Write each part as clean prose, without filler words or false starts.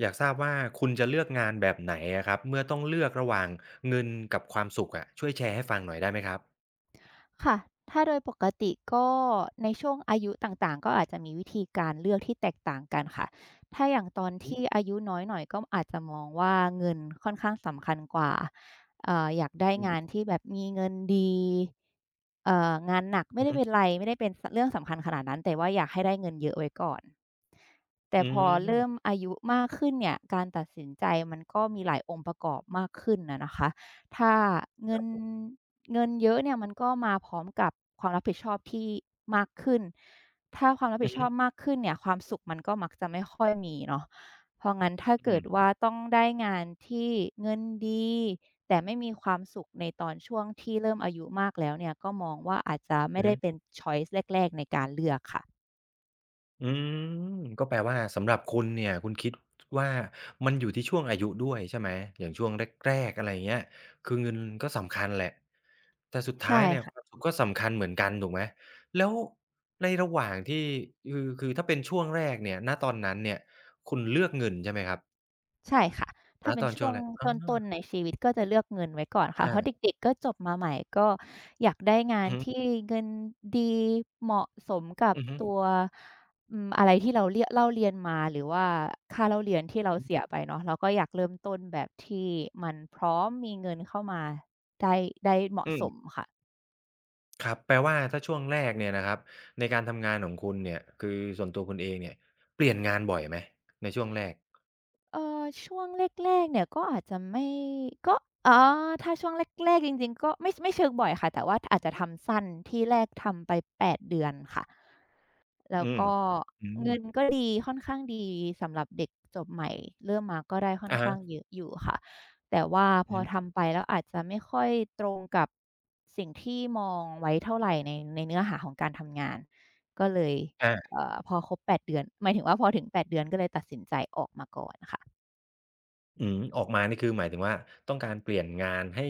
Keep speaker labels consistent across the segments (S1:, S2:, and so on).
S1: อยากทราบว่าคุณจะเลือกงานแบบไหนอะครับเมื่อต้องเลือกระหว่างเงินกับความสุขอะช่วยแชร์ให้ฟังหน่อยได้ไหมครับ
S2: ค่ะถ้าโดยปกติก็ในช่วงอายุต่างๆก็อาจจะมีวิธีการเลือกที่แตกต่างกันค่ะถ้าอย่างตอน
S1: อือฮึ
S2: ที่อายุน้อยหน่อยก็อาจจะมองว่าเงินค่อนข้างสำคัญกว่าอยากได้
S1: อื
S2: งาน
S1: ม
S2: ที่แบบมีเงินดีงานหนักไม่
S1: อือ
S2: ได้
S1: ฮึ
S2: เป็นไรไม่ได้เป็นสเรื่องสำคัญขนาดนั้นแต่ว่าอยากให้ได้เงินเยอะไว้ก่อน แต่
S1: อื
S2: พอเริ่ม
S1: ม
S2: อายุมากขึ้นเนี่ย การตัดสินใจมันก็มีหลายองค์ประกอบมากขึ้นอะนะคะถ้าเงินเงินเยอะเนี่ยมันก็มาพร้อมกับความรับผิดชอบที่มากขึ้น ถ้าความรับผิดชอบ
S1: อื
S2: มากขึ้นเนี่ยความสุขมันก็มักจะไม่ค่อยมีเนาะเพราะงั้นถ้าเกิดว่าต้องได้งานที่เงินดีแต่ไม่มีความสุขในตอนช่วงที่เริ่มอายุมากแล้วเนี่ยก็มองว่าอาจจะไม่
S1: อือ
S2: ได้
S1: ฮึ
S2: เป็นชอยซ์แรกๆในการเลือกค่ะ
S1: อืมก็แปลว่าสำหรับคุณเนี่ยคุณคิดว่ามันอยู่ที่ช่วงอายุด้วยใช่ไหมอย่างช่วงแรกๆอะไรอย่างเงี้ยคือเงินก็สำคัญแหละแต่สุดท้า
S2: ใช่
S1: ยเนี่ย
S2: ค่ะ
S1: ความสุขก็สำคัญเหมือนกันถูกไหมแล้วในระหว่างที่คือถ้าเป็นช่วงแรกเนี่ยณตอนนั้นเนี่ยคุณเลือกเงินใช่ไหมครับ
S2: ใช่ค่ะ
S1: ณ
S2: ถ้าเป็
S1: ต
S2: น
S1: อนช่
S2: ช่ว
S1: วง
S2: ง
S1: แรกอ๋
S2: ต
S1: อ
S2: ้นๆในชีวิตก็จะเลือกเงินไว้ก่อนค่ะ เพราะ
S1: อา
S2: เด็กๆ ก็จบมาใหม่ก็อยากได้งา
S1: อื
S2: น
S1: อฮึ
S2: ที่เงินดีเหมาะสมกับ
S1: อือฮึ
S2: ตัวอืมอะไรที่เราเรียเล่าเรียนมาหรือว่าค่าเล่าเรียนที่เรา
S1: อื
S2: เสีย
S1: อ
S2: ไปเนาะเราก็อยากเริ่มต้นแบบที่มันพร้อมมีเงินเข้ามาได้ได้เหมาะ
S1: อื
S2: สม
S1: ม
S2: ค่ะ
S1: ครับแปลว่าถ้าช่วงแรกเนี่ยนะครับในการทำงานของคุณเนี่ยคือส่วนตัวคุณเองเนี่ยเปลี่ยนงานบ่อยไหมในช่วงแรก
S2: ช่วงแรกๆเนี่ยก็อาจจะไม่ก็ออถ้าช่วงแรกๆจริงๆก็ไม่เชิงบ่อยค่ะแต่ว่าอาจจะทำสั้นที่แรกทำไปแปดเดือนค่ะแล้
S1: อื
S2: ว
S1: ม
S2: ก็
S1: อืม
S2: เงินก็ดีค่อนข้างดีสำหรับเด็กจบใหม่เริ่มมาก็ได้ค่อน
S1: อะฮะ
S2: ข้างเยอะอยู่ค่ะแต่ว่าพ
S1: อือ
S2: อ
S1: ฮึ
S2: ทำไปแล้วอาจจะไม่ค่อยตรงกับสิ่งที่มองไว้เท่าไรในเนื้อหาของการทำงานก็เลย
S1: อา
S2: พอครบแปดเดือนหมายถึงว่าพอถึงแปดเดือนก็เลยตัดสินใจออกมาก่อนค่ะ
S1: อืมออกมานี่คือหมายถึงว่าต้องการเปลี่ยนงานให้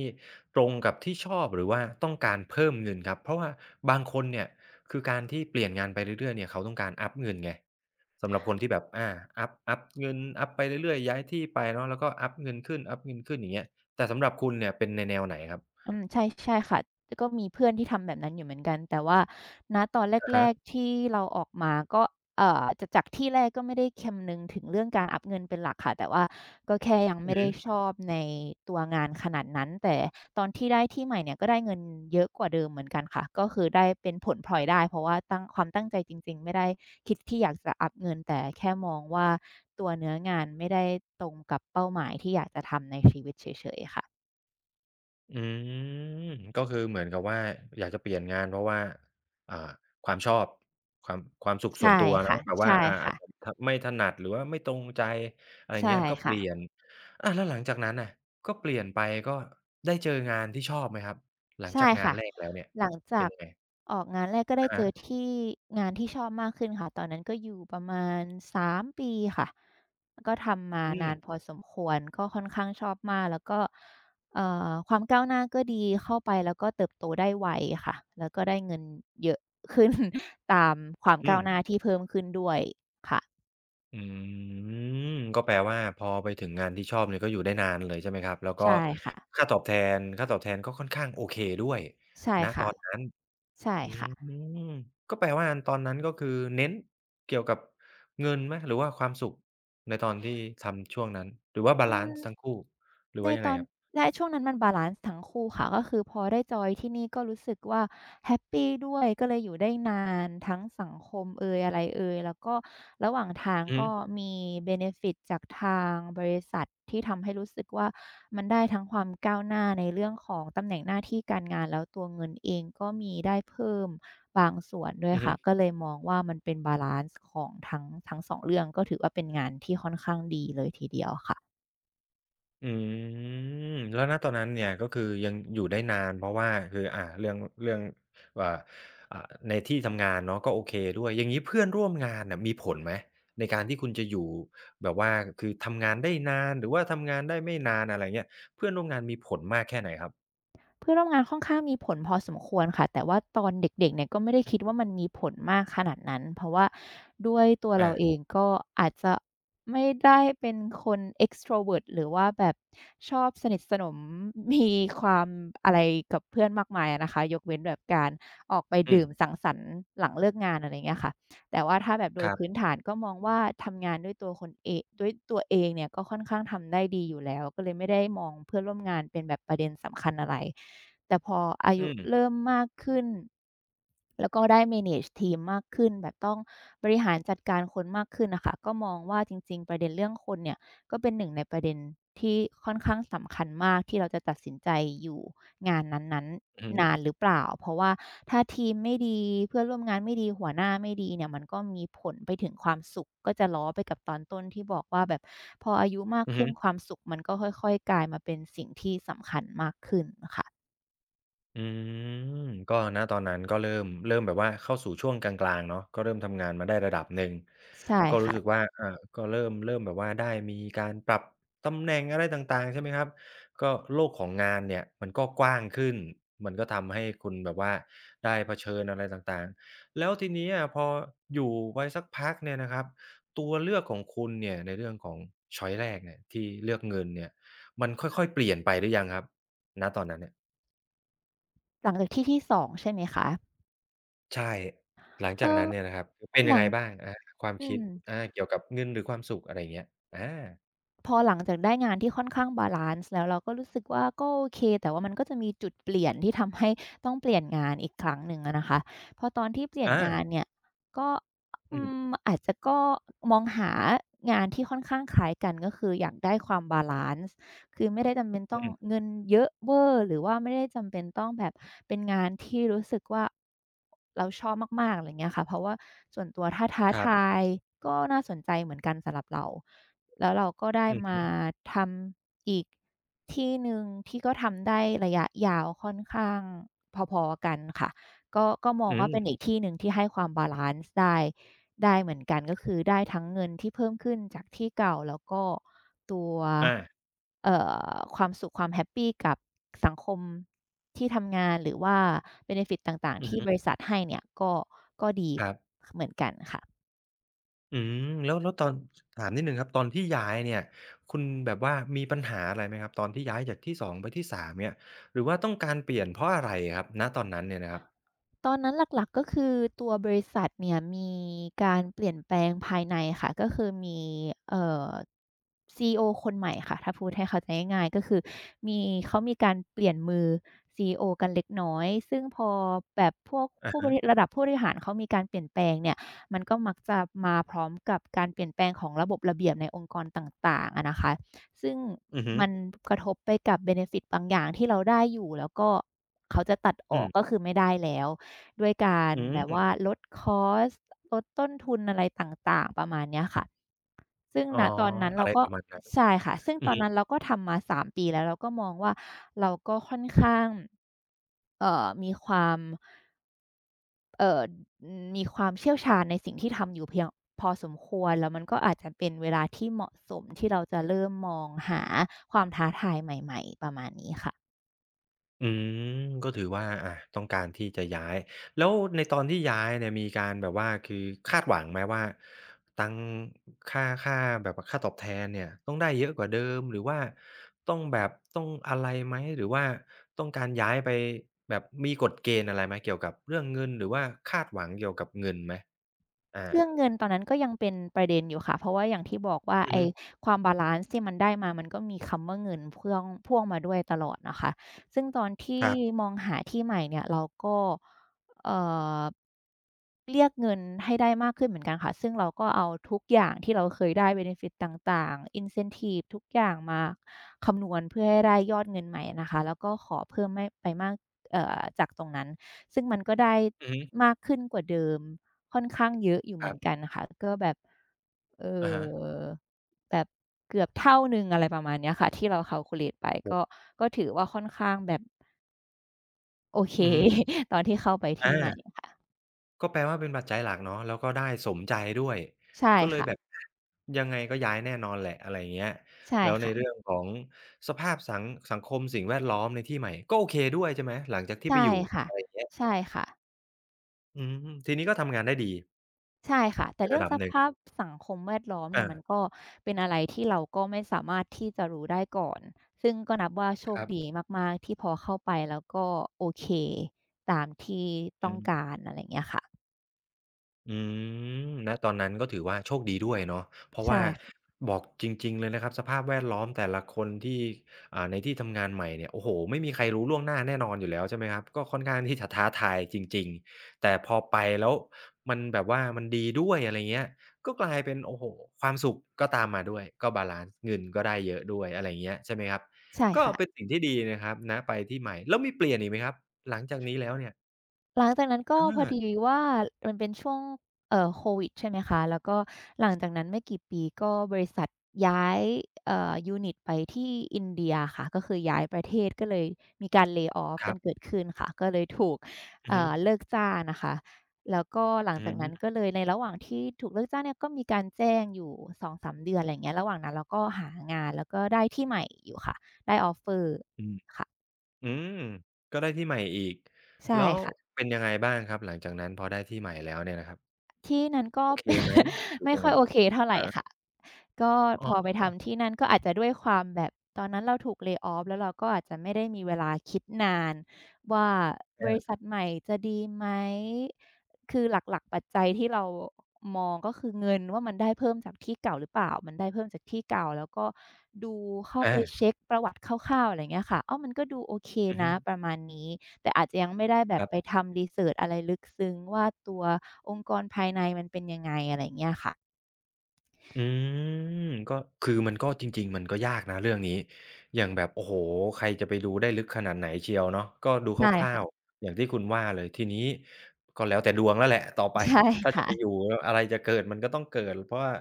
S1: ตรงกับที่ชอบหรือว่าต้องการเพิ่มเงินครับเพราะว่าบางคนเนี่ยคือการที่เปลี่ยนงานไปเรื่อยๆเนี่ยเขาต้องการอัปเงินไงสำหรับคนที่แบบอาอัปเงินอัปไปเรื่อยๆย้ายที่ไปเนาะแล้วก็อัปเงินขึ้นอัปเงินขึ้นอย่างเงี้ยแต่สำหรับคุณเนี่ยเป็นในแนวไหนครับ
S2: อืมใช่ใช่ค่ะแต่ก็มีเพื่อนที่ทำแบบนั้นอยู่เหมือนกันแต่ว่าณตอน
S1: อะ
S2: แร
S1: ฮะ
S2: กๆที่เราออกมาก็จะจากที่แรกก็ไม่ได้คำนึงถึงเรื่องการอัปเงินเป็นหลักค่ะแต่ว่าก็แค่ยัง
S1: อื
S2: ไม่
S1: อ
S2: ได้
S1: ฮึ
S2: ชอบในตัวงานขนาดนั้นแต่ตอนที่ได้ที่ใหม่เนี่ยก็ได้เงินเยอะกว่าเดิมเหมือนกันค่ะก็คือได้เป็นผลพลอยได้เพราะว่าตั้งความตั้งใจจริงๆไม่ได้คิดที่อยากจะอัปเงินแต่แค่มองว่าตัวเนื้องานไม่ได้ตรงกับเป้าหมายที่อยากจะทำในชีวิตเฉยๆค่ะ
S1: อืมก็คือเหมือนกับว่าอยากจะเปลี่ยนงานเพราะว่าอ่าความชอบความสุขส่
S2: ใช่
S1: วนตัวเนาะ
S2: ค่ะ
S1: แบบว่า
S2: ใช่
S1: อาจ
S2: ค่ะ
S1: จะทไม่ถนัดหรือว่าไม่ตรงใจอะไรอย่าง
S2: ใช่
S1: เงี้ยก็เป
S2: ค่ะ
S1: ลี่ยนอาแล้วหลังจากนั้นน่ะก็เปลี่ยนไปก็ได้เจองานที่ชอบไหมครับหลังจา
S2: ใช่
S1: กงาน
S2: ค่ะ
S1: แรกแล้วเนี่ย
S2: หลัง
S1: เป็
S2: จา
S1: น
S2: ก
S1: ยังไง
S2: ออกงานแรกก็ได้
S1: อะ
S2: เจ
S1: ฮะ
S2: อที่งานที่ชอบมากขึ้นค่ะตอนนั้นก็อยู่ประมาณ3 ปีค่ะก็ทำมา
S1: อืม
S2: นานพอสมควรก็ค่อนข้างชอบมากแล้วก็ความก้าวหน้าก็ดีเข้าไปแล้วก็เติบโตได้ไวค่ะแล้วก็ได้เงินเยอะขึ้น ตามความ
S1: อื
S2: ก้าว
S1: ม
S2: หน้าที่เพิ่มขึ้นด้วยค่ะ
S1: อืมก็แปลว่าพอไปถึงงานที่ชอบเนี่ยก็อยู่ได้นานเลยใช่ไหมครับแล้วก็
S2: ใช่ค่ะ
S1: ค่าตอบแทค่าตอบแทนก็ค่อนข้างโอเคด้วย
S2: ใช่
S1: ณต
S2: ค่ะ
S1: อนนั้น
S2: ใช่
S1: อื
S2: ค่ะ
S1: มก็แปลว่าตอนนั้นก็คือเน้นเกี่ยวกับเงินไหมหรือว่าความสุขในตอนที่ทำช่วงนั้นหรือว่าบา
S2: อื
S1: ลันซ์ทั้ง
S2: ม
S1: คู่หรือ
S2: ใน
S1: ว่ายัง
S2: ต
S1: ไง
S2: อน
S1: ครับ
S2: และช่วงนั้นมันบาลันซ์ทั้งคู่ค่ะก็คือพอได้จอยที่นี่ก็รู้สึกว่าแฮปปีด้วยก็เลยอยู่ได้นานทั้งสังคมเอยอะไรเอยแล้วก็ระหว่างทาง
S1: อือ
S2: ก็
S1: ฮึ
S2: มีเบเนฟิตจากทางบริษัทที่ทำให้รู้สึกว่ามันได้ทั้งความก้าวหน้าในเรื่องของตำแหน่งหน้าที่การงานแล้วตัวเงินเองก็มีได้เพิ่มบางส่วนด้วย
S1: อือฮึ
S2: ค่ะก็เลยมองว่ามันเป็นบาลันซ์ของทั้งสองเรื่องก็ถือว่าเป็นงานที่ค่อนข้างดีเลยทีเดียวค่ะ
S1: อืมแล้วณตอนนั้นเนี่ยก็คือยังอยู่ได้นานเพราะว่าคือเรื่องอ่าอ่าในที่ทำงานเนาะก็โอเคด้วยอย่างงี้เพื่อนร่วมงานน่ะมีผลไหมในการที่คุณจะอยู่แบบว่าคือทำงานได้นานหรือว่าทำงานได้ไม่นานอะไรเงี้ยเพื่อนร่วมงานมีผลมากแค่ไหนครับ
S2: เพื่อนร่วมงานค่อนข้างมีผลพอสมควรค่ะแต่ว่าตอนเด็กๆเนี่ยก็ไม่ได้คิดว่ามันมีผลมากขนาดนั้นเพราะว่าด้วยตัวเรา
S1: อา
S2: เองก็อาจจะไม่ได้เป็นคน extrovert หรือว่าแบบชอบสนิทสนมมีความอะไรกับเพื่อนมากมายอะนะคะยกเว้นแบบการออกไป
S1: อืม
S2: ดื่มสังสรรค์หลังเลิกงานอะไรอย่างเงี้ยค่ะ แต่ว่าถ้าแบบโด
S1: ค
S2: ย
S1: รั
S2: พื้น
S1: บ
S2: ฐานก็มองว่าทำงานด้วยตัวคนเองด้วยตัวเองเนี่ยก็ค่อนข้างทำได้ดีอยู่แล้วก็เลยไม่ได้มองเพื่อนร่วมงานเป็นแบบประเด็นสำคัญอะไรแต่พออา
S1: อื
S2: ยุ
S1: ม
S2: เริ่มมากขึ้นแล้วก็ได้ manage ทีมมากขึ้นแบบต้องบริหารจัดการคนมากขึ้นน่ะค่ะก็มองว่าจริงๆประเด็นเรื่องคนเนี่ยก็เป็นหนึ่งในประเด็นที่ค่อนข้างสำคัญมากที่เราจะตัดสินใจอยู่ งานนั้น
S1: อือฮึ
S2: ๆนานหรือเปล่าเพราะว่าถ้าทีมไม่ดีเพื่อนร่วมงานไม่ดีหัวหน้าไม่ดีเนี่ยมันก็มีผลไปถึงความสุขก็จะล้อไปกับตอนต้นที่บอกว่าแบบพออายุมาก
S1: อือ
S2: ขึ้
S1: ฮึ
S2: นความสุขมันก็ค่อยๆกลายมาเป็นสิ่งที่สำคัญมากขึ้นค่ะ
S1: อืมก็ณตอนนั้นก็เริ่มแบบว่าเข้าสู่ช่วงกลางๆเนาะก็เริ่มทำงานมาได้ระดับหนึ่ง
S2: ใช่
S1: ก็รู้
S2: ค่ะ
S1: สึกว่าอาก็เริ่มแบบว่าได้มีการปรับตำแหน่งอะไรต่างๆใช่ไหมครับก็โลกของงานเนี่ยมันก็กว้างขึ้นมันก็ทำให้คุณแบบว่าได้เผชิญอะไรต่างๆแล้วทีนี้อะพออยู่ไปสักพักเนี่ยนะครับตัวเลือกของคุณเนี่ยในเรื่องของช็อยซ์แรกเนี่ยที่เลือกเงินเนี่ยมันค่อยๆเปลี่ยนไปหรือยังครับณตอนนั้นเนี่ย
S2: หลังจากที่ที่2ใช่ไหมคะ
S1: ใช่หลัง
S2: เอ
S1: จา
S2: อ
S1: กนั้นเนี่ยนะครับเป็น
S2: ห
S1: ยั
S2: ลั
S1: งไง
S2: ง
S1: บ้างอาความ
S2: อื
S1: คิด
S2: ม
S1: อาเกี่ยวกับเงินหรือความสุขอะไรอย่างเงี้ยอา
S2: พอหลังจากได้งานที่ค่อนข้างบาลันซ์แล้วเราก็รู้สึกว่าก็โอเคแต่ว่ามันก็จะมีจุดเปลี่ยนที่ทำให้ต้องเปลี่ยนงานอีกครั้งหนึ่งอะนะคะพอตอนที่เปลี่ยน
S1: อา
S2: งานเนี่ยก็
S1: อื
S2: อื
S1: ม
S2: อาจจะก็มองหางานที่ค่อนข้างคล้ายกันก็คืออยากได้ความบาลันซ์คือไม่ได้จำเป็น
S1: อื
S2: ต้อง
S1: ม
S2: เงินเยอะเวอร์หรือว่าไม่ได้จำเป็นต้องแบบเป็นงานที่รู้สึกว่าเราชอบมากๆอะไรอย่างเงี้ยค่ะเพราะว่าส่วนตัวถ้าท้า
S1: ครั
S2: ทา
S1: บ
S2: ยก็น่าสนใจเหมือนกันสำหรับเรา แล้วเราก็ได้
S1: อือฮึ
S2: มาทำอีกที่หนึ่งที่ก็ทำได้ระยะยาวค่อนข้างพอๆกันค่ะก็มอง
S1: อื
S2: ว่าเป็น
S1: ม
S2: อีกที่หนึ่งที่ให้ความบาลันซ์ได้ได้เหมือนกันก็คือได้ทั้งเงินที่เพิ่มขึ้นจากที่เก่าแล้วก็ตัว
S1: อา
S2: เอ่อความสุขความแฮปปีกับสังคมที่ทำงานหรือว่าเบเนฟิตต่างๆ
S1: อือ
S2: ที่
S1: ฮึ
S2: บริษัทให้เนี่ยก็ดี
S1: ครับ
S2: เหมือนกันค่ะ
S1: อืมแล้วตอนถามนิดหนึ่งครับ ตอนที่ย้ายเนี่ยคุณแบบว่ามีปัญหาอะไรไหมครับตอนที่ย้ายจากที่2ไปที่3เนี่ยหรือว่าต้องการเปลี่ยนเพราะอะไรอะครับณตอนนั้นเนี่ยนะครับ
S2: ตอนนั้นหลักๆก็คือตัวบริษัทเนี่ยมีการเปลี่ยนแปลงภายในค่ะก็คือมีเอ่อ CEO คนใหม่ค่ะถ้าพูดให้เข้าใจง่ายๆก็คือมีเขามีการเปลี่ยนมือ CEO กันเล็กน้อยซึ่งพอแบบพวก
S1: อะ
S2: ผู้บ
S1: ฮะ
S2: ริระดับผู้บริหารเขามีการเปลี่ยนแปลงเนี่ยมันก็มักจะมาพร้อมกับการเปลี่ยนแปลงของระบบระเบียบในองค์กรต่างๆอะนะคะซึ่ง
S1: อือฮึ
S2: มันกระทบไปกับเบเนฟิตบางอย่างที่เราได้อยู่แล้วก็เขาจะตัดออ
S1: อื
S2: กก็
S1: ม
S2: คือไม่ได้แล้ว ด้วยการ
S1: อื
S2: แบบ
S1: ม
S2: ว่าลดคอสต์ลดต้นทุนอะไรต่างๆประมาณเนี้ยค่ะซึ่ง
S1: อ๋อ
S2: ณตอนนั้น
S1: อะ
S2: เรา
S1: ไร
S2: ก็
S1: ประมาณนั้น
S2: ใช่ค่ะ ซึ่งตอนนั้นเราก็ทำมา3 ปีแล้วเราก็มองว่าเราก็ค่อนข้างเอ่อมีความเอ่อมีความเชี่ยวชาญในสิ่งที่ทำอยู่เพียงพอสมควรแล้วมันก็อาจจะเป็นเวลาที่เหมาะสมที่เราจะเริ่มมองหาความท้าทายใหม่ๆประมาณนี้ค่ะ
S1: อืมก็ถือว่าอาต้องการที่จะย้ายแล้วในตอนที่ย้ายเนี่ยมีการแบบว่าคือคาดหวังไหมว่าตังค์ค่าแบบว่าค่าตอบแทนเนี่ยต้องได้เยอะกว่าเดิมหรือว่าต้องแบบต้องอะไรไหมหรือว่าต้องการย้ายไปแบบมีกฎเกณฑ์อะไรไหมเกี่ยวกับเรื่องเงินหรือว่าคาดหวังเกี่ยวกับเงินไหมอา
S2: เรื่องเงินตอนนั้นก็ยังเป็นประเด็นอยู่ค่ะเพราะว่าอย่างที่บอกว่า
S1: อือ
S2: ไอ้
S1: ฮึ
S2: ความบาลันซ์ที่มันได้มามันก็มีคำว่าเงินพ่วงพ่วงมาด้วยตลอดนะคะซึ่งตอน
S1: ค
S2: ที่
S1: รับ
S2: มองหาที่ใหม่เนี่ยเราก็เอ่อเรียกเงินให้ได้มากขึ้นเหมือนกันค่ะซึ่งเราก็เอาทุกอย่างที่เราเคยได้ benefit ต่างๆ incentive ทุกอย่างมาคำนวณเพื่อให้ได้ยอดเงินใหม่อะนะคะแล้วก็ขอเพิ่มไม่ไปมากจากตรงนั้นซึ่งมันก็ได้
S1: อือฮึ
S2: มากขึ้นกว่าเดิม ค่อนข้างเยอะอยู่
S1: ค
S2: เหมื
S1: รั
S2: อนกั
S1: บ
S2: นค่ะก็แบบเอ่
S1: อะฮะ
S2: อแบบเกือบเท่าหนึ่งอะไรประมาณเนี้ยค่ะที่เราคัลคูเลตไป
S1: โอ
S2: ก็
S1: ้
S2: ก็ถือว่าค่อนข้างแบบโอเค
S1: อือฮึ
S2: ตอนที่เข้าไปที่ใหม่
S1: อา
S2: ค่ะ
S1: ก็แปลว่าเป็นปัจจัยหลักเนาะแล้วก็ได้สมใจด้วย
S2: ใช่
S1: ก็เลย
S2: ค่ะ
S1: แบบอะยังไงก็ย้ายแน่นอนแหละอะไรอย่างเงี้ย
S2: ใช่
S1: แล้วใน
S2: ค่ะ
S1: เรื่องของสภาพสังคมสิ่งแวดล้อมในที่ใหม่ก็โอเคด้วยใช่ไหมหลังจากที่ไป
S2: ใช่
S1: อยู่
S2: ค่ะ
S1: อะไรอย่างเงี้ย
S2: ใช่ค่ะ
S1: อืมทีนี้ก็ทำงานได้ดี
S2: ใช่ค่ะ
S1: ใน
S2: แต่เรื่
S1: ระ
S2: อง
S1: ดับ
S2: ส
S1: หนึ่ง
S2: ภาพสังคมแวดล้อมเนี่ยมัน
S1: อา
S2: ก็เป็นอะไรที่เราก็ไม่สามารถที่จะรู้ได้ก่อนซึ่งก็นับว่าโช
S1: ค
S2: ค
S1: รั
S2: ดี
S1: บ
S2: มากๆที่พอเข้าไปแล้วก็โอเคตามที่ต้
S1: อื
S2: องกา
S1: ม
S2: รอะไรอย่างเงี้ยค่ะ
S1: อืมณตอนนั้นก็ถือว่าโชคดีด้วยเนาะเพราะ
S2: ใช่
S1: ว่าบอกจริงๆเลยนะครับสภาพแวดล้อมแต่ละคนที่ในที่ทำงานใหม่เนี่ยโอ้โฮไม่มีใครรู้ล่วงหน้าแน่นอนอยู่แล้วใช่ไหมครับก็ค่อนข้างที่จะท้าทายจริงๆแต่พอไปแล้วมันแบบว่ามันดีด้วยอะไรเงี้ยก็กลายเป็นโอ้โฮความสุขก็ตามมาด้วยก็บาลันซ์เงินก็ได้เยอะด้วยอะไรเงี้ยใช่ไหมครับ
S2: ใช่
S1: ก็
S2: ค่ะ
S1: เป็นสิ่งที่ดีนะครับณไปที่ใหม่แล้วมีเปลี่ยนอีกไหมครับหลังจากนี้แล้วเนี่ย
S2: หลังจากนั้นก็พอดี
S1: อา
S2: ว่ามันเป็นช่วงโควิดใช่ไหมคะแล้วก็หลังจากนั้นไม่กี่ปีก็บริษัทย้ายยูนิตไปที่อินเดียค่ะก็คือย้ายประเทศก็เลยมีการ lay off
S1: ค
S2: กั
S1: รั
S2: นเกิ
S1: บ
S2: ดขึ้นค่ะก็เลยถูก
S1: อือฮึ
S2: เลิกจ้างนะคะแล้วก็หลัง
S1: อื
S2: จากนั้น
S1: ม
S2: ก็เลยในระหว่างที่ถูกเลิกจ้างเนี่ยก็มีการแจ้งอยู่2-3เดือนอะไรอย่างเงี้ยระหว่างนั้นเราก็หางานแล้วก็ได้ที่ใหม่อยู่ค่ะได้ offer
S1: อืม
S2: ค่ะ
S1: อืมก็ได้ที่ใหม่อีก
S2: ใช่
S1: แล้ว
S2: ค่ะ
S1: เป็นยังไงบ้างครับหลังจากนั้นพอได้ที่ใหม่แล้วเนี่ยนะครับ
S2: ที่นั้นก็
S1: โอเค
S2: เป็น
S1: ไหมหรื อ
S2: ไม่
S1: ยัง
S2: ค่
S1: ไง
S2: อยโอเคเท่าไร
S1: อา
S2: ค่ะก็
S1: อ๋
S2: พ
S1: อ
S2: อไปทำที่นั่นก็อาจจะด้วยความแบบตอนนั้นเราถูก lay off แล้วเราก็อาจจะไม่ได้มีเวลาคิดนานว่าบ
S1: อา
S2: ริษัทใหม่จะดีไหมคือหลักๆปัจจัยที่เรามองก็คือเงินว่ามันได้เพิ่มจากที่เก่าหรือเปล่า มันได้เพิ่มจากที่เก่าแล้วก็ดูเข้าไป
S1: อา
S2: เช็กประวัติคร่าวๆอะไรอย่างเงี้ยค่ะอ้าวมันก็ดูโอเค
S1: อือฮึ
S2: นะประมาณนี้ แต่อาจจะยังไม่ได้แบ
S1: ค
S2: บ
S1: รั
S2: ไป
S1: บ
S2: ทำรีเซิร์ชอะไรลึกซึ้งว่าตัวองค์กรภายในมันเป็นยังไงอะไรอย่างเงี้ยค่ะ
S1: อืมก็คือมันก็จริงๆมันก็ยากนะเรื่องนี้อย่างแบบโอ้โฮใครจะไปรู้ได้ลึกขนาดไหนเชียวเนาะก็ดู
S2: ใช่
S1: คร่า
S2: ค่ะ
S1: วๆอย่างที่คุณว่าเลยทีนี้ก็แล้วแต่ดวงแล้วแหละต่อไป
S2: ใช่
S1: ถ้าจะ
S2: ค่ะ
S1: ไปอยู่อะไรจะเกิดมันก็ต้องเกิดเพราะว่า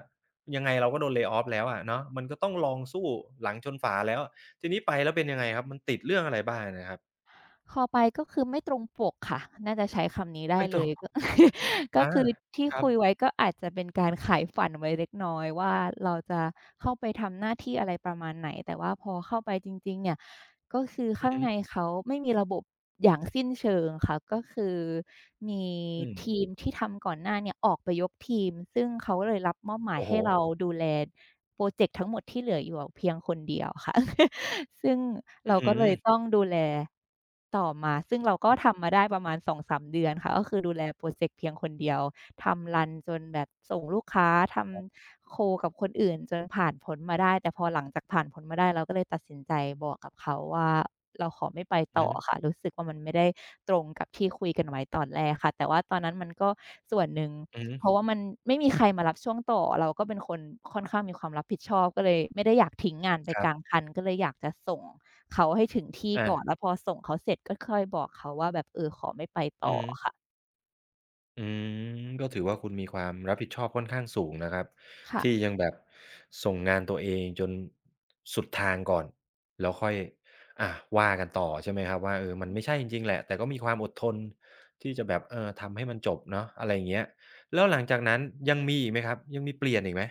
S1: ยังไงเราก็โดน lay off แล้วอะเนาะมันก็ต้องลองสู้หลังชนฝาแล้วทีนี้ไปแล้วเป็นยังไงครับมันติดเรื่องอะไรบ้างนะครับ
S2: คอไปก็คือไม่ตรงปกค่ะน่าจะใช้คำนี้ได้
S1: ไอ่ตั
S2: เล
S1: ว
S2: ยก็ ก็
S1: อา
S2: คือที่
S1: ครับ
S2: คุยไว้ก็อาจจะเป็นการขายฝันไว้เล็กน้อยว่าเราจะเข้าไปทำหน้าที่อะไรประมาณไหนแต่ว่าพอเข้าไปจริงๆเนี่ย ก็คือ
S1: อือ
S2: ข้าง
S1: ฮึ
S2: ในเขาไม่มีระบบอย่างสิ้นเชิงค่ะก็คือมี
S1: อืม
S2: ทีมที่ทำก่อนหน้าเนี่ยออกไปยกทีมซึ่งเขาเลยรับมอบหมาย
S1: โอ้โฮ
S2: ให้เราดูแลพรอเจกต์ทั้งหมดที่เหลืออยู่เพียงคนเดียวค่ะ ซึ่ง
S1: อื้
S2: เรา
S1: อฮื
S2: ก็เล
S1: อ
S2: ยต้องดูแลต่อมาซึ่งเราก็ทำมาได้ประมาณ2-3เดือนค่ะก็คือดูแลพรอเจกต์เพียงคนเดียว ทำรันจนแบบส่งลูกค้าทำโคกับคนอื่นจนผ่านพ้นมาได้แต่พอหลังจากผ่านพ้นมาได้เราก็เลยตัดสินใจบอกกับเขาว่าเราขอไม่ไป
S1: อือ
S2: ต่อ
S1: ฮึ
S2: ค่ะรู้สึกว่ามันไม่ได้ตรงกับที่คุยกันไว้ตอนแรกค่ะแต่ว่าตอนนั้นมันก็ส่วนหนึ่ง
S1: อือฮึ
S2: เพราะว่ามันไม่มีใครมารับช่วงต่อเราก็เป็นคนค่อนข้างมีความรับผิดชอบก็เลยไม่ได้อยากทิ้งงานไป
S1: ครั
S2: ก
S1: บ
S2: ลางคันก็เลยอยากจะส่งเขาให้ถึงที่
S1: อา
S2: ก่อนแล้วพอส่งเขาเสร็จก็ค่อยบอกเขาว่าแบบเออขอไม่ไป
S1: อื
S2: ต่อ
S1: อฮึ
S2: ค่ะ
S1: อืมก็ถือว่าคุณมีความรับผิดชอบค่อนข้างสูงนะครับที่
S2: ค่ะ
S1: ยังแบบส่งงานตัวเองจนสุดทางก่อนแล้วค่อยอ่ะว่ากันต่อใช่ไหมครับว่าเออมันไม่ใช่จริงๆแหละแต่ก็มีความอดทนที่จะแบบเออทำให้มันจบเนาะอะไรอย่างเงี้ยแล้วหลังจากนั้นยังมีอีกไหมครับยังมีเปลี่ยนอีกไหม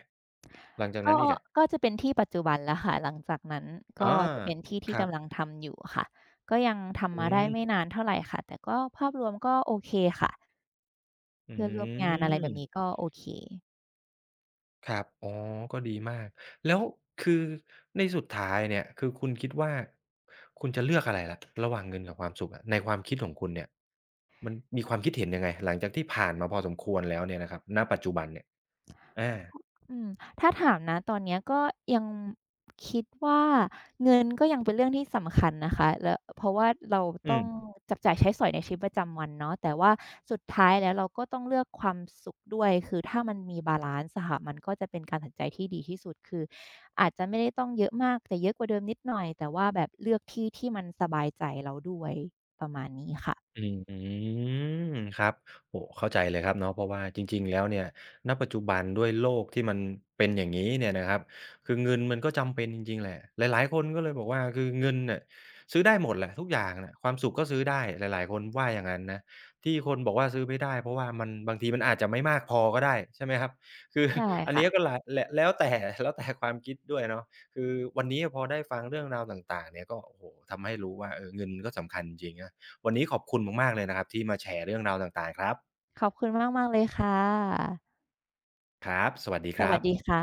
S1: หลังจาก
S2: ก็
S1: นั้นอีกอ่ะ
S2: ก็จะเป็นที่ปัจจุบันแล้วค่ะหลังจากนั้นก็
S1: อา
S2: จะเป็นที่
S1: ค
S2: ที่
S1: รับ
S2: กำลังทำอยู่ค่ะก็ยังทำ
S1: อื
S2: มาได้ไม่
S1: ม
S2: นานเท่าไรค่ะแต่ก็ภาพรวมก็โอเคค่ะ
S1: อื
S2: เพื่อนร่วมงานอะไรแบบนี้
S1: ม
S2: ก็โอเค
S1: ครับ อ๋อ ก็ดีมาก แล้ว คือ ในสุดท้ายเนี่ย คือคุณคิดว่า คุณจะเลือกอะไรล่ะ ระหว่างเงินกับความสุขอะในความคิดของคุณเนี่ย มันมีความคิดเห็นยังไง หลังจากที่ผ่านมาพอสมควรแล้วเนี่ยนะครับณปัจจุบันเนี่ยอา
S2: อืมถ้าถามนะตอนเนี้ยก็ยังคิดว่าเงินก็ยังเป็นเรื่องที่สำคัญนะคะแล้วเพราะว่าเรา
S1: อื
S2: ต้อง
S1: ม
S2: จับจ่ายใช้สอยในชีวิตประจำวันเนาะแต่ว่าสุดท้ายแล้วเราก็ต้องเลือกความสุขด้วยคือถ้ามันมีบาลันซ์อะค่ะมันก็จะเป็นการตัดสินใจที่ดีที่สุดคืออาจจะไม่ได้ต้องเยอะมากแต่เยอะกว่าเดิมนิดหน่อยแต่ว่าแบบเลือกที่ที่มันสบายใจเราด้วยประมาณนี้ค่ะ
S1: อืมครับโอ้เข้าใจเลยครับเนาะเพราะว่าจริงๆแล้วเนี่ยณปัจจุบันด้วยโลกที่มันเป็นอย่างงี้เนี่ยนะครับคือเงินมันก็จำเป็นจริงๆแหละหลายๆคนก็เลยบอกว่าคือเงินน่ะซื้อได้หมดแหละทุกอย่างน่ะความสุขก็ซื้อได้หลายๆคนว่าอย่างนั้นนะที่คนบอกว่าซื้อไม่ได้เพราะว่ามันบางทีมันอาจจะไม่มากพอก็ได้ใช่ไหมครับคือ
S2: ใช่
S1: อัน
S2: ค่ะ
S1: นี้ก็หลายแหละแล้วแต่ แล้วแต่ความคิดด้วยเนาะคือวันนี้พอได้ฟังเรื่องราวต่างๆเนี่ยก็โอ้โฮทำให้รู้ว่าเออเงินก็สำคัญจริงนะ วันนี้ขอบคุณมากๆเลยนะครับที่มาแชร์เรื่องราวต่างๆครับ
S2: ขอบคุณมากๆเลยค่ะ
S1: ครับ สวัสดี
S2: ส
S1: ครั
S2: วัสดี
S1: บ
S2: ค่ะ